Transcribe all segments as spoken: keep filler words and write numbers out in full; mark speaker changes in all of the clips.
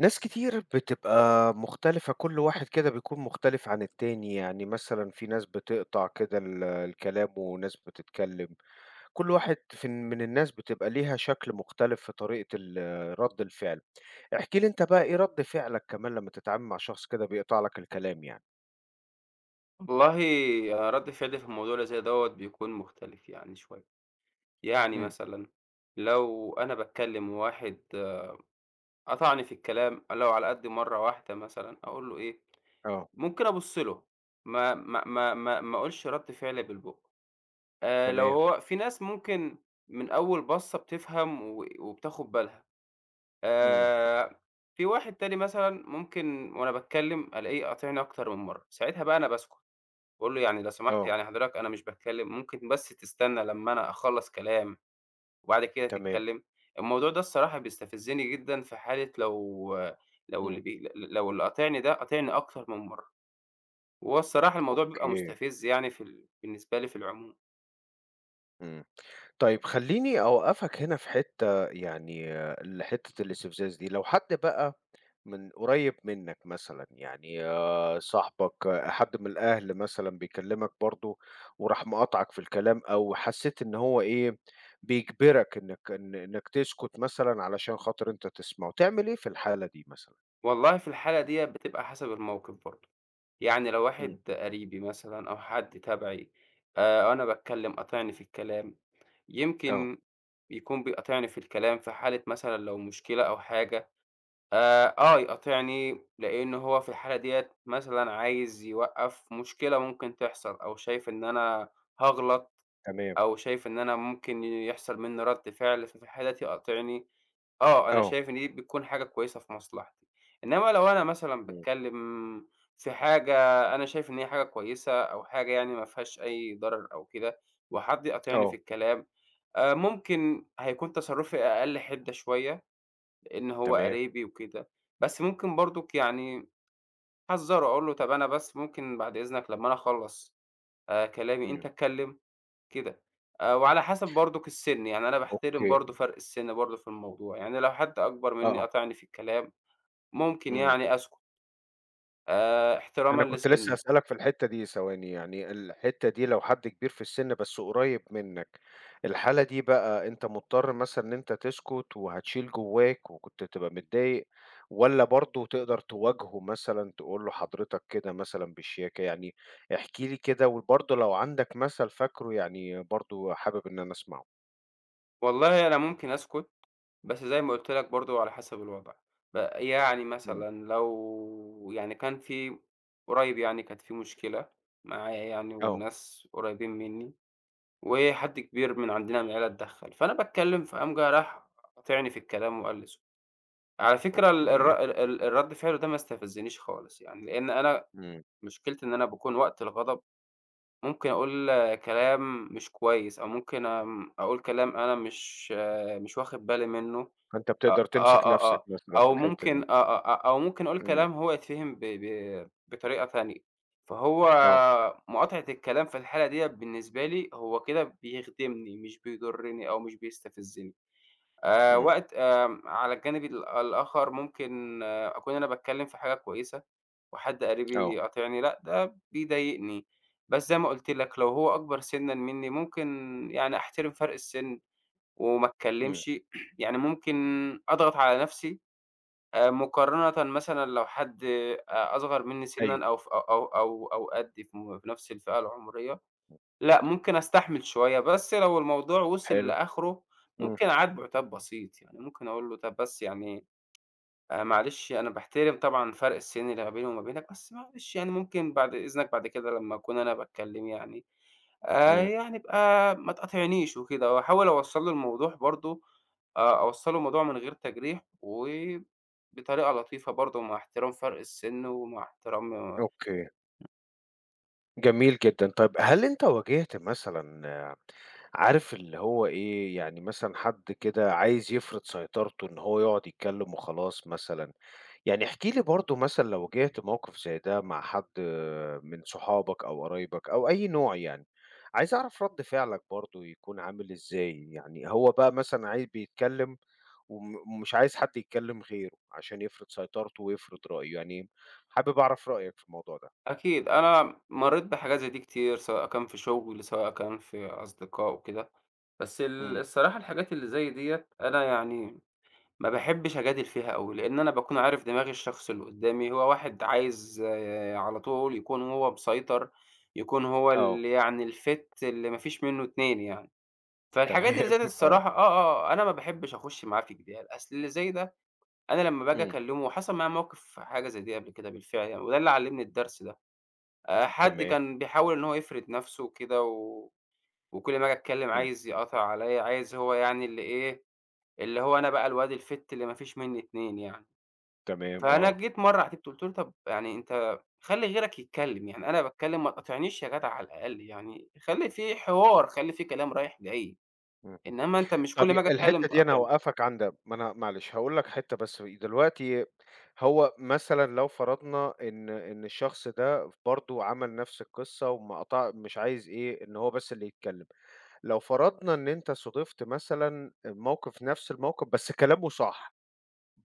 Speaker 1: ناس كتير بتبقى مختلفة، كل واحد كده بيكون مختلف عن التاني، يعني مثلًا في ناس بتقطع كده ال الكلام وناس بتتكلم، كل واحد في من الناس بتبقى ليها شكل مختلف في طريقة ال رَد الفعل، احكِ لي أنت بقى إيه رَد فعلك كمان لمّا تتعامل مع شخص كده بيقطع لك الكلام يعني؟
Speaker 2: والله رد فعلي في الموضوع اللي زي دوّة بيكون مختلف يعني شوية، يعني
Speaker 1: إمم،
Speaker 2: مثلًا لو أنا باتكلم وواحد قطعني في الكلام لو على قد مرّة واحدة مثلًا أقول له إيه،
Speaker 1: آه،
Speaker 2: ممكن أبُص له ما ما ما ما ما أقولش رد فعل بالبُق، آآ لو
Speaker 1: تمام،
Speaker 2: هو في ناس ممكن من أول بَصّة بتفهم و وبتاخد بالها،
Speaker 1: إمم،
Speaker 2: آآ في واحد تاني مثلًا ممكن وأنا باتكلم ألاقيه قاطعني أكتر من مرّة، ساعتها بقى أنا باسكت. باقول له: "يعني لو سمحت
Speaker 1: آه،
Speaker 2: يعني حضرتك أنا مش باتكلّم، ممكن بس تستنى لمّا أنا أخلّص كلام وبعد كده
Speaker 1: تمام،
Speaker 2: تتكلّم؟" الموضوع ده الصراحة بيستفزني جدًا في حالة لو لو اللي
Speaker 1: إمم،
Speaker 2: بي ل لو اللي قاطعني ده قاطعني أكتر من مرّة، وهو الصراحة الموضوع بيبقى
Speaker 1: أوكي،
Speaker 2: مستفز يعني في ال بالنسبة لي في العموم.
Speaker 1: إمم، طيب خلّيني أوقّفك هنا في حتّة يعني ال حتّة الاستفزاز دي، لو حد بقى من قريب منك مثلًا، يعني آه، صاحبك، آه، حد من الأهل مثلًا بيكلمك برضه وراح مقاطعك في الكلام، أو حسيت إن هو إيه، بيجبرك إنك إن إنك تسكت مثلًا علشان خاطر أنت تسمعه، تعمل إيه في الحالة دي مثلًا؟
Speaker 2: والله في الحالة ديّة بتبقى حسب الموقف برضه، يعني لو
Speaker 1: إمم،
Speaker 2: واحد قريبي مثلًا أو حد تبعي آآ وأنا باتكلّم قاطعني في الكلام،
Speaker 1: آه،
Speaker 2: يمكن يكون بيقاطعني في الكلام في حالة مثلًا لو مشكلة أو حاجة آآ آه، يقاطعني لإن هو في الحالة ديّة مثلًا عايز يوقّف مشكلة ممكن تحصل أو شايف إن أنا هاغلط
Speaker 1: تمام،
Speaker 2: أو شايف إن أنا ممكن يحصل منّي رَد فعل، ففي الحالة دي يقاطعني، آه، أنا
Speaker 1: آه،
Speaker 2: شايف إن دي بتكون حاجة كويسة في مصلحتي. إنّما لو أنا مثلًا
Speaker 1: إمم،
Speaker 2: باتكلّم في حاجة أنا شايف إن هي حاجة كويسة أو حاجة يعني ما فيهاش أي ضرر أو كده وحد يقاطعني في
Speaker 1: آه،
Speaker 2: الكلام، آآ ممكن هيكون تصرُّفي أقل حِدّة شوية إن هو
Speaker 1: تمام،
Speaker 2: قريبي وكده، بس ممكن برضُك يعني أحذّره، أقول له طَب أنا بس ممكن بعد إذنك لمّا أنا أخلّص آآ كلامي
Speaker 1: إمم،
Speaker 2: أنت اتكلّم، كده. آآ وعلى حسب برضُك السِن، يعني أنا باحترم
Speaker 1: أوكي،
Speaker 2: برضه فرق السِن برضه في الموضوع، يعني لو حد أكبر منّي
Speaker 1: آه،
Speaker 2: قاطعني في الكلام، ممكن
Speaker 1: إمم.
Speaker 2: يعني أسكُت آآ احترامًا
Speaker 1: أنا كنت لسه
Speaker 2: لسِنّه.
Speaker 1: هاسألك في الحتّة دي، ثواني يعني الحتّة دي لو حد كبير في السِن بس قريّب منّك، الحالة دي بقى أنت مضطر مثلًا إن أنت تسكت وهتشيل جوّاك وكنت تبقى متضايق، والّا برضه تقدر تواجهه مثلًا تقول له حضرتك كده مثلًا بشياكة، يعني احكِ لي كده وبرضه لو عندك مثل فاكره يعني برضه حابب إن أنا أسمعه؟
Speaker 2: والله أنا ممكن أسكُت بس زي ما قُلت لك برضه على حسب الوضع، ب يعني
Speaker 1: إمم،
Speaker 2: مثلًا لو يعني كان في قريب يعني كانت في مشكلة معايا يعني
Speaker 1: آه،
Speaker 2: وناس قريبين منّي، وحد كبير من عندنا من العيلة اتدخّل، فأنا باتكلّم فقام جه راح قاطعني في الكلام وقال لي اسكت. على فكرة ال
Speaker 1: أوكي،
Speaker 2: الر ال الرد فعله ده ما استفزنيش خالص يعني، لإن أنا
Speaker 1: إمم،
Speaker 2: مشكلتي إن أنا باكون وقت الغضب ممكن أقول آه، كلام مش كويس أو ممكن آمم، أقول كلام أنا مش آه، مش واخد بالي منّه
Speaker 1: فأنت بتقدر
Speaker 2: آه، آه،
Speaker 1: تمسك
Speaker 2: آه،
Speaker 1: نَفْسك
Speaker 2: آه،
Speaker 1: مثلًا في
Speaker 2: أو
Speaker 1: الحتّة
Speaker 2: ممكن
Speaker 1: دي،
Speaker 2: آه، آه، آه، أو ممكن أقول
Speaker 1: إمم،
Speaker 2: كلام هو يتفهم ب ب بطريقة تانية، فهو
Speaker 1: آه،
Speaker 2: مقاطعة الكلام في الحالة ديّة بالنسبة لي هو كده بيخدمني مش بيضرني أو مش بيستفزني، آآ
Speaker 1: إمم،
Speaker 2: وقت آمم على الجانب ال الآخر ممكن أكون أنا باتكلم في حاجة كويسة وحد قريبي
Speaker 1: آه،
Speaker 2: يقاطعني، لأ ده بيضايقني، بس زي ما قُلت لك لو هو أكبر سِنًا منّي ممكن يعني أحترم فرق السِن. وما
Speaker 1: إمم،
Speaker 2: اتكلمش، يعني ممكن أضغط على نفسي آآ مقارنةً مثلًا لو حد أ أصغر منّي
Speaker 1: أيوه،
Speaker 2: سِنًا أو ف أو أو أو أو قدّي في م في نفس الفئة العمرية، لأ ممكن أستحمل شوية، بس لو الموضوع وصل
Speaker 1: حلو.
Speaker 2: لآخره
Speaker 1: إمم،
Speaker 2: ممكن أعاتبه عتاب بسيط، يعني ممكن أقول له طَب بس يعني آآ معلش أنا باحترم طبعًا فرق السِن اللي ما بيني وما بينك، بس معلش يعني ممكن بعد إذنك بعد كده لمّا أكون أنا باتكلّم يعني آآ
Speaker 1: إمم،
Speaker 2: يعني ابقى ما تقاطعنيش وكده، واحاول أوصّل له الموضوع برضه آآ أوصّل له الموضوع من غير تجريح وبطريقة لطيفة برضه مع احترام فرق السِن ومع احترام
Speaker 1: أوكي، جميل جدًا. طيب هل أنت واجهت مثلًا عارف اللي هو إيه، يعني مثلًا حد كده عايز يفرض سيطرته إن هو يقعد يتكلم وخلاص مثلًا، يعني احكِ لي برضه مثلًا لو واجهت موقف زي ده مع حد من صحابك أو قرايبك أو أي نوع يعني، عايز أعرف رد فعلك برضه يكون عامل إزاي، يعني هو بقى مثلًا عايز بيتكلم وم ومش عايز حد يتكلم غيره عشان يفرض سيطرته ويفرض رأيه، يعني حابب أعرف رأيك في الموضوع ده.
Speaker 2: أكيد أنا مرّيت بحاجات زي دي كتير، سواء كان في شُغل، سواء كان في أصدقاء وكده، بس ال
Speaker 1: إمم،
Speaker 2: الصراحة الحاجات اللي زي ديّة أنا يعني ما باحبش أجادل فيها أوي، لإن أنا باكون عارف دماغ الشخص اللي قدّامي، هو واحد عايز آه، على طول يكون هو مسيطر، يكون هو
Speaker 1: آه،
Speaker 2: اللي يعني الfit اللي ما فيش منّه اتنين يعني. فالحاجات اللي
Speaker 1: تمام،
Speaker 2: زي ديّة
Speaker 1: آه،
Speaker 2: الصراحة آه، آه، أنا ما باحبش أخُش معاه في جدال، أصل اللي زي ده أنا لمّا باجي
Speaker 1: إمم،
Speaker 2: أكلّمه وحصل معايا موقف حاجة زي دي قبل كده بالفعل يعني، وده اللي علّمني الدرس ده. آآ حد
Speaker 1: تمام،
Speaker 2: كان بيحاول إن هو يفرض نَفْسه وكده و وكل ما آجي أتكلّم
Speaker 1: إمم،
Speaker 2: عايز يقاطع عليّا، عايز هو يعني اللي إيه، اللي هو أنا بقى الواد الfit اللي ما فيش منّي اتنين يعني.
Speaker 1: تمام،
Speaker 2: فأنا
Speaker 1: آه،
Speaker 2: جيت مرّة على تيتو قُلت له: "طب يعني أنت خلّي غيرك يتكلّم، يعني أنا باتكلّم ما تقاطعنيش يا جدع على الأقل يعني، خلّي في حوار، خلّي في كلام رايح جاي،
Speaker 1: إمم.
Speaker 2: إنّما أنت مش
Speaker 1: طب
Speaker 2: كل
Speaker 1: ي
Speaker 2: ما آجي أتكلّم
Speaker 1: الحتّة دي أنا
Speaker 2: تقاطعني."
Speaker 1: هاوقّفك عند ما أنا معلش هاقول لك حتّة بس دلوقتي هو مثلًا لو فرضنا إن إن الشخص ده برضه عمل نفس القصّة وما قطع مش عايز إيه، إن هو بس اللي يتكلّم، لو فرضنا إن أنت صادفت مثلًا موقف نفس الموقف بس كلامه صح،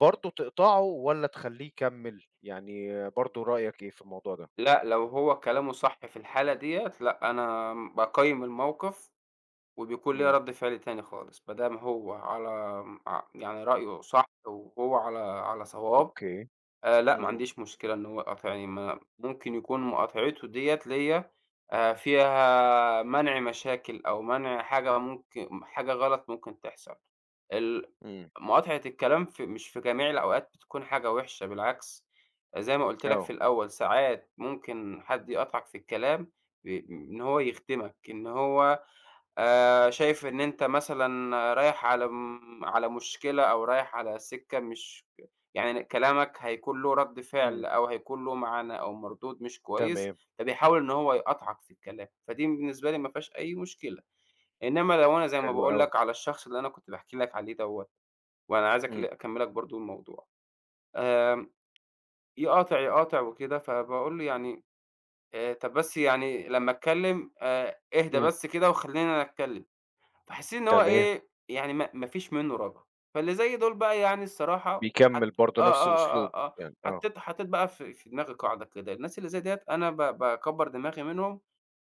Speaker 1: برضه تقطعه والّا تخلّيه يكمّل؟ يعني برضه رأيك إيه في الموضوع ده؟
Speaker 2: لأ، لو هو كلامه صح في الحالة ديّة، لأ أنا باقيّم الموقف وبيكون ليّا
Speaker 1: إمم،
Speaker 2: رَد فعل تاني خالص، ما دام هو على ع يعني رأيه صح وهو على على صواب
Speaker 1: أوكي،
Speaker 2: آآ لأ، ما
Speaker 1: إمم.
Speaker 2: عنديش مشكلة إن هو يقاطع يعني ما ممكن يكون مقاطعته ديّة ليّا آآ فيها منع مشاكل أو منع حاجة ممكن حاجة غلط ممكن تحصل. ال
Speaker 1: إمم،
Speaker 2: مقاطعة الكلام في مش في جميع الأوقات بتكون حاجة وحشة، بالعكس زي ما قُلت لك في
Speaker 1: آه،
Speaker 2: الأول، ساعات ممكن حد يقاطعك في الكلام ب إن هو يخدمك، إن هو آآ شايف إن أنت مثلًا رايح على م على مشكلة أو رايح على سكة مش يعني كلامك هيكون له رَد
Speaker 1: إمم،
Speaker 2: فعل أو هيكون له معنى أو مردود مش كويس،
Speaker 1: تمام،
Speaker 2: فبيحاول إن هو يقاطعك في الكلام، فدي بالنسبة لي ما فيهاش أي مشكلة. إنما لو أنا زي ما
Speaker 1: حلو
Speaker 2: باقول
Speaker 1: أوي،
Speaker 2: لك على الشخص اللي أنا كنت باحكي لك عليه دوّة، وأنا عايز أكل
Speaker 1: إمم،
Speaker 2: أكمّلك برضه الموضوع، آمم يقاطع، يقاطع وكده، فباقول له يعني آآ طَب بس يعني لمّا أتكلّم آآ اهدى
Speaker 1: إمم،
Speaker 2: بس كده وخلّيني أنا أتكلّم. فحسيت إن هو
Speaker 1: تمام،
Speaker 2: إيه، يعني ما ما فيش منّه رجا، فاللي زي دول بقى يعني الصراحة حت
Speaker 1: بيكمّل
Speaker 2: آه،
Speaker 1: برضه نفس
Speaker 2: آه، آه،
Speaker 1: أسلوبه
Speaker 2: آه، اه
Speaker 1: يعني، آه،
Speaker 2: حطّيت حطّيت بقى في في دماغي قاعدة كده، الناس اللي زي ديّة أنا ب باكبّر دماغي منهم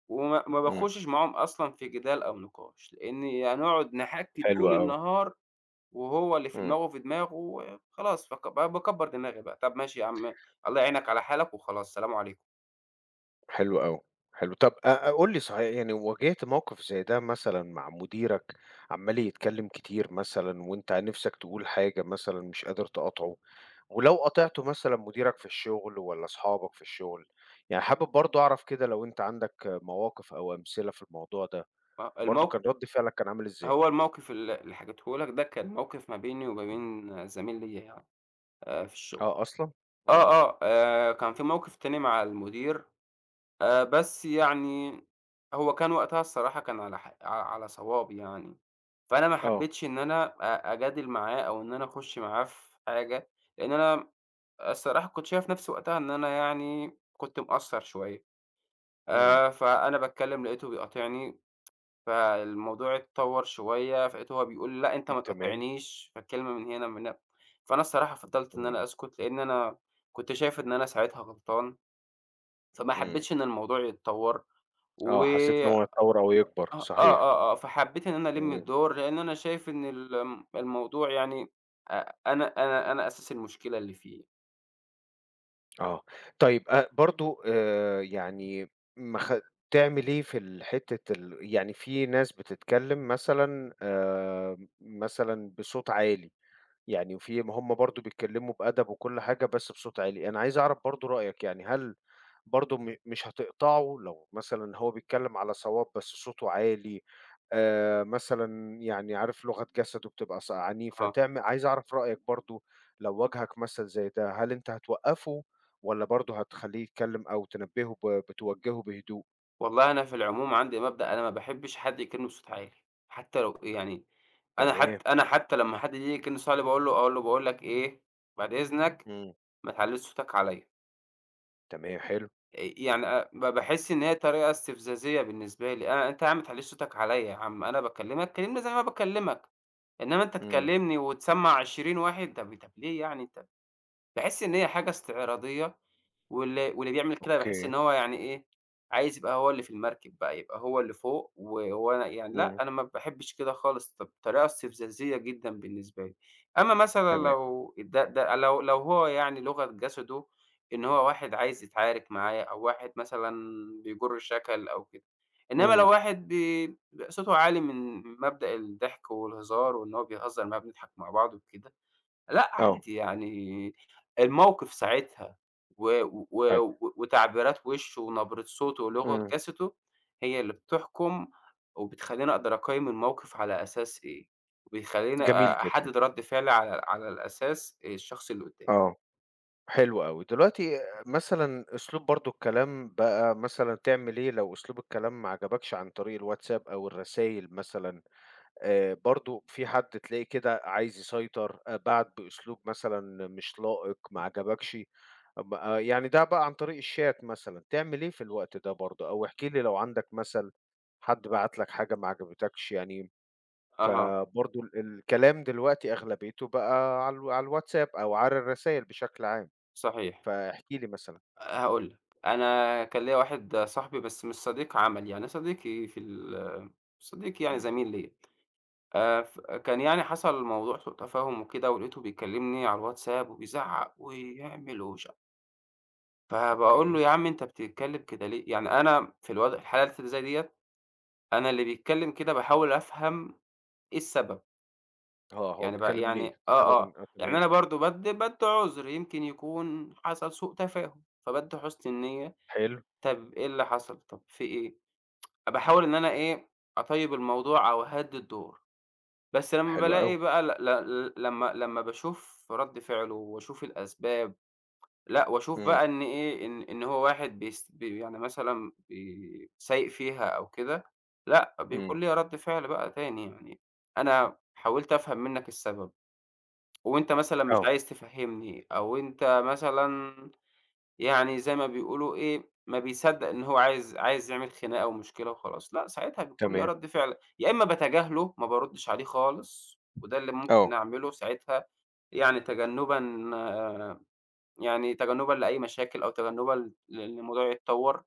Speaker 2: وما ما
Speaker 1: إمم،
Speaker 2: باخشش معاهم أصلًا في جدال أو نقاش، لإني هنقعد نحَكّي
Speaker 1: حلو
Speaker 2: طول
Speaker 1: أوي،
Speaker 2: النهار وهو اللي في
Speaker 1: إمم،
Speaker 2: دماغه في دماغه خلاص فك ب باكبّر دماغي بقى، طَب ماشي يا عم الله يعينك على حالك وخلاص سلام عليكم،
Speaker 1: حلو أوي، حلو، طَب أ أ قُل لي صحيح يعني واجهت موقف زي ده مثلًا مع مديرك عمّال يتكلّم كتير مثلًا وأنت نِفْسك تقول حاجة مثلًا مش قادر تقاطعه، ولو قاطعته مثلًا مديرك في الشغل والّا أصحابك في الشغل، يعني حابب برضه أعرف كده لو أنت عندك مواقف أو أمثلة في الموضوع ده،
Speaker 2: ما
Speaker 1: برضه كان
Speaker 2: الموق
Speaker 1: رَد فعلك كان عامل إزاي؟
Speaker 2: هو الموقف ال اللي حكيته لك ده كان موقف ما بيني وما بين زميل ليّا يعني آآ في الشغل.
Speaker 1: آه أصلًا؟
Speaker 2: آه،
Speaker 1: إمم،
Speaker 2: آه، آآ كان في موقف تاني مع المدير، آآ بس يعني هو كان وقتها الصراحة كان على ح ع على صواب يعني، فأنا ما
Speaker 1: آه،
Speaker 2: حبيتش إن أنا أ أجادل معاه أو إن أنا أخش معاه في حاجة، لإن أنا الصراحة كنت شايف نفسي وقتها إن أنا يعني كنت مقصّر شوية،
Speaker 1: إمم،
Speaker 2: آآ فأنا باتكلّم لقيته بيقاطعني، فالموضوع اتطوّر شوية، فلقيته هو بيقول لي: "لأ، أنت ما
Speaker 1: تمام،
Speaker 2: تقاطعنيش." فالكلمة من هنا من هنا، فأنا الصراحة فضّلت إن
Speaker 1: إمم،
Speaker 2: أنا أسكت، لإن أنا كنت شايف إن أنا ساعتها غلطان. فما
Speaker 1: إمم،
Speaker 2: حبيتش إن الموضوع يتطور، و
Speaker 1: آه، حسيت إن هو يتطور أو يكبر،
Speaker 2: آه، آه،
Speaker 1: صحيح،
Speaker 2: آه، آه، فحبيت إن أنا ألِم
Speaker 1: إمم،
Speaker 2: الدور، لإن أنا شايف إن الم الموضوع يعني أ أنا أنا أنا أساس المشكلة اللي فيه،
Speaker 1: آه، طيب أ برضه آآ، يعني ما خ تعمل إيه في ال حتة ال يعني في ناس بتتكلم مثلًا آآ، مثلًا بصوت عالي. يعني وفي ما هم برضه بيتكلموا بأدب وكل حاجة بس بصوت عالي، أنا عايز أعرف برضه رأيك يعني هل برضه م مش هتقطعه لو مثلًا هو بيتكلم على صواب بس صوته عالي، آآ مثلًا يعني عارف لغة جسده بتبقى ص عنيفة،
Speaker 2: آه،
Speaker 1: تعم عايز أعرف رأيك برضه لو واجهك مثل زي ده، هل أنت هتوقّفه والّا برضه هتخلّيه يتكلم أو تنبّهه ب بتوجّهه بهدوء؟
Speaker 2: والله أنا في العموم عندي مبدأ أنا ما باحبش حد يكلمني بصوت عالي، حتى لو يعني أنا
Speaker 1: تمام،
Speaker 2: حت أنا حتى لمّا حد ييجي يكلمني بصوت عالي باقول له أقول له: "باقول لك إيه، بعد إذنك
Speaker 1: إمم،
Speaker 2: ما تعلّيش صوتك عليَّ."
Speaker 1: تمام حلو،
Speaker 2: آآ، يعني أ ب باحس إن هي طريقة استفزازية بالنسبة لي، أنا أنت يا عم ما تعلّيش صوتك عليَّ يا عم، أنا باكلمك كلمني زي ما باكلمك. إنما أنت
Speaker 1: إمم،
Speaker 2: تكلّمني وتسمّع عشرين واحد، طَب طَب ليه يعني؟ طَب باحس إن هي حاجة استعراضية واللي واللي بيعمل كده باحس
Speaker 1: أوكي،
Speaker 2: إن هو يعني إيه، عايز يبقى هو اللي في المركب بقى، يبقى هو اللي فوق، وهو أنا يعني لأ،
Speaker 1: إمم،
Speaker 2: أنا ما باحبش كده خالص، ط بطريقة استفزازية جدًا بالنسبة لي. أمّا مثلًا
Speaker 1: تمام،
Speaker 2: لو ده ده لو لو هو يعني لغة جسده إن هو واحد عايز يتعارك معايا، أو واحد مثلًا بيجُر الشكل أو كده، إنّما
Speaker 1: إمم،
Speaker 2: لو واحد بي بيبقى صوته عالي من مبدأ الضحك والهزار، وإن هو بيهزر معايا بنضحك مع بعض وكده لأ
Speaker 1: آه،
Speaker 2: عادي يعني الموقف ساعتها و و
Speaker 1: طيب،
Speaker 2: و وتعبيرات وشه ونبرة صوته ولغة
Speaker 1: إمم،
Speaker 2: جسده هي اللي بتحكم وبتخلّيني أقدر أقيّم الموقف على أساس إيه، وبيخلّيني
Speaker 1: جميل
Speaker 2: أ
Speaker 1: جدًا.
Speaker 2: أحدد رَد فعلي على على الأساس الشخص اللي قدّامي.
Speaker 1: آه، حلو أوي. دلوقتي مثلًا أسلوب برضه الكلام بقى مثلًا تعمل إيه لو أسلوب الكلام ما عجبكش عن طريق الWhatsApp أو الرسايل مثلًا، آآ برضه في حد تلاقيه كده عايز يسيطر، آآ بعت بأسلوب مثلًا مش لائق، ما عجبكش، م آآ يعني ده بقى عن طريق الchat مثلًا، تعمل إيه في الوقت ده برضه؟ أو احكِ لي لو عندك مثل حد بعت لك حاجة ما عجبتكش يعني،
Speaker 2: أها،
Speaker 1: فبرضه ال الكلام دلوقتي أغلبيته بقى على ال على الWhatsApp أو على الرسايل بشكل عام.
Speaker 2: صحيح.
Speaker 1: فاحكِ لي مثلًا.
Speaker 2: هاقول لك، أنا كان ليّا واحد صاحبي بس مش صديق عمل، يعني صديقي في ال صديقي يعني
Speaker 1: إمم.
Speaker 2: زميل ليّا. آآ ف كان يعني حصل الموضوع سوء تفاهم وكده، ولقيته بيكلمني على الواتساب وبيزعّق ويعمل ومش ع فباقول له:
Speaker 1: أوكي.
Speaker 2: "يا عم أنت بتتكلم كده ليه؟" يعني أنا في الوضع الحالات اللي زي ديّة، أنا اللي بيتكلم كده باحاول أفهم إيه السبب،
Speaker 1: آه، هو
Speaker 2: يعني ب
Speaker 1: بيتكلّم
Speaker 2: يعني
Speaker 1: ليه؟ سبب
Speaker 2: آه، آه،
Speaker 1: إن آه
Speaker 2: يعني
Speaker 1: تمام،
Speaker 2: أنا برضه بادّي بادّي عُذر يمكن يكون حصل سوء تفاهم، فبادّي حُسن النية،
Speaker 1: حلو.
Speaker 2: طَب إيه اللي حصل، طَب في إيه؟ باحاول إن أنا إيه، أطيّب الموضوع أو أهدّي الدور. بس لمّا
Speaker 1: حلو أوي.
Speaker 2: بالاقي بقى ل ل لمّا لمّا باشوف رَد فعله واشوف الأسباب، لأ واشوف
Speaker 1: إمم،
Speaker 2: بقى إن إيه، إن إن هو واحد بيس بي يعني مثلًا بي سايق فيها أو كده، لأ
Speaker 1: إمم.
Speaker 2: بيكون ليّا رَد فعل بقى تاني يعني، أنا حاولت أفهم منّك السبب وأنت مثلًا مش
Speaker 1: آه،
Speaker 2: عايز تفهّمني أو أنت مثلًا يعني زي ما بيقولوا إيه، ما بيصدّق إن هو عايز عايز يعمل خناقة ومشكلة وخلاص، لأ ساعتها بيكون ليّا
Speaker 1: تمام.
Speaker 2: رَد فعل، يا إمّا باتجاهله ما باردّش عليه خالص، وده اللي ممكن
Speaker 1: آه،
Speaker 2: أعمله ساعتها يعني تجنُّبًا آه، يعني تجنُّبًا لأي مشاكل أو تجنُّبًا ل لإن الموضوع يتطوّر،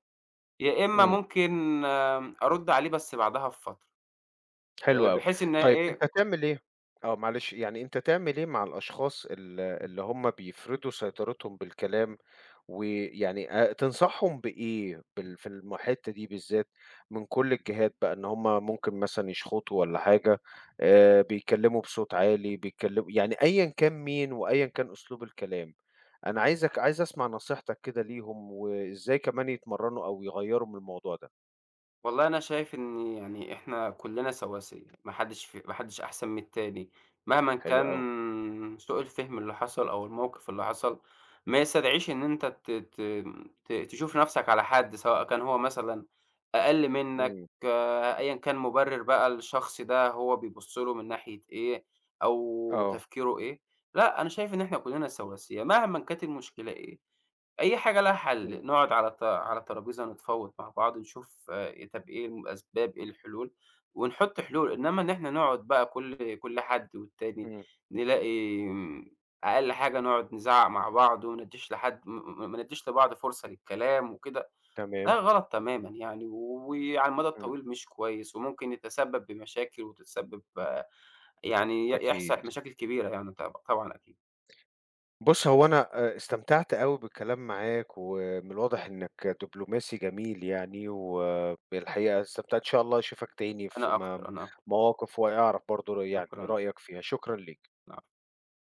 Speaker 2: يا إمّا
Speaker 1: إمم.
Speaker 2: ممكن آمم أرُد عليه بس بعدها بفترة، آآ
Speaker 1: حلو أوي.
Speaker 2: بحيث إن
Speaker 1: طيب
Speaker 2: إيه
Speaker 1: أنت تعمل إيه آه، معلش، يعني أنت تعمل إيه مع الأشخاص ال اللي هم بيفرضوا سيطرتهم بالكلام ويعني آآ تنصحهم بإيه بال في الم الحتّة دي بالذات من كل الجهات بقى، إن هم ممكن مثلًا يشخطوا والّا حاجة، آآ بيتكلّموا بصوت عالي، بيتكلّموا يعني أيًا كان مين وأيًا كان أسلوب الكلام، أنا عايزك عايز أسمع نصيحتك كده ليهم، وإزاي كمان يتمرّنوا أو يغيّروا من الموضوع ده.
Speaker 2: والله أنا شايف إن يعني إحنا كلّنا سواسية، ما حدّش ف ما حدّش أحسن من التاني، مهما
Speaker 1: حلو أوي.
Speaker 2: كان سوء الفهم اللي حصل أو الموقف اللي حصل، ما يستدعيش إن أنت ت ت ت تشوف نَفْسك على حد، سواء كان هو مثلًا أقل منّك،
Speaker 1: إمم.
Speaker 2: آه، أيًا كان مُبرِّر بقى الشخص ده هو بيبُص له من ناحية إيه أو
Speaker 1: آه.
Speaker 2: تفكيره إيه، لأ، أنا شايف إن إحنا كلّنا سواسية مهما كانت المشكلة إيه. أي حاجة لها
Speaker 1: إمم.
Speaker 2: حل، نقعد على الت على الترابيزة نتفاوض مع بعض، نشوف آآ طب إيه الأسباب، إيه الحلول، ونحط حلول، إنما إن إحنا نقعد بقى كل كل حد والتاني
Speaker 1: إمم.
Speaker 2: نلاقي آمم، أقل حاجة نقعد نزعّق مع بعض، وما ندّيش لحد م م ما ندّيش لبعض فرصة للكلام وكده، ده
Speaker 1: تمام.
Speaker 2: غلط تمامًا يعني، وعلى المدى
Speaker 1: إمم.
Speaker 2: الطويل مش كويس، وممكن يتسبب بمشاكل وتتسبب آه، يعني ي
Speaker 1: أكيد.
Speaker 2: يحصل مشاكل كبيرة يعني طب طبعًا أكيد.
Speaker 1: بُص، هو أنا آآ استمتعت أوي بالكلام معاك، ومن الواضح إنك دبلوماسي جميل يعني، وبالحقيقة استمتعت إن شاء الله أشوفك تاني في
Speaker 2: أنا
Speaker 1: م
Speaker 2: أكتر، أنا أكتر،
Speaker 1: مواقف وأعرف برضه ر يعني
Speaker 2: شكرًا.
Speaker 1: رأيك فيها، شكرًا ليك.
Speaker 2: نعم.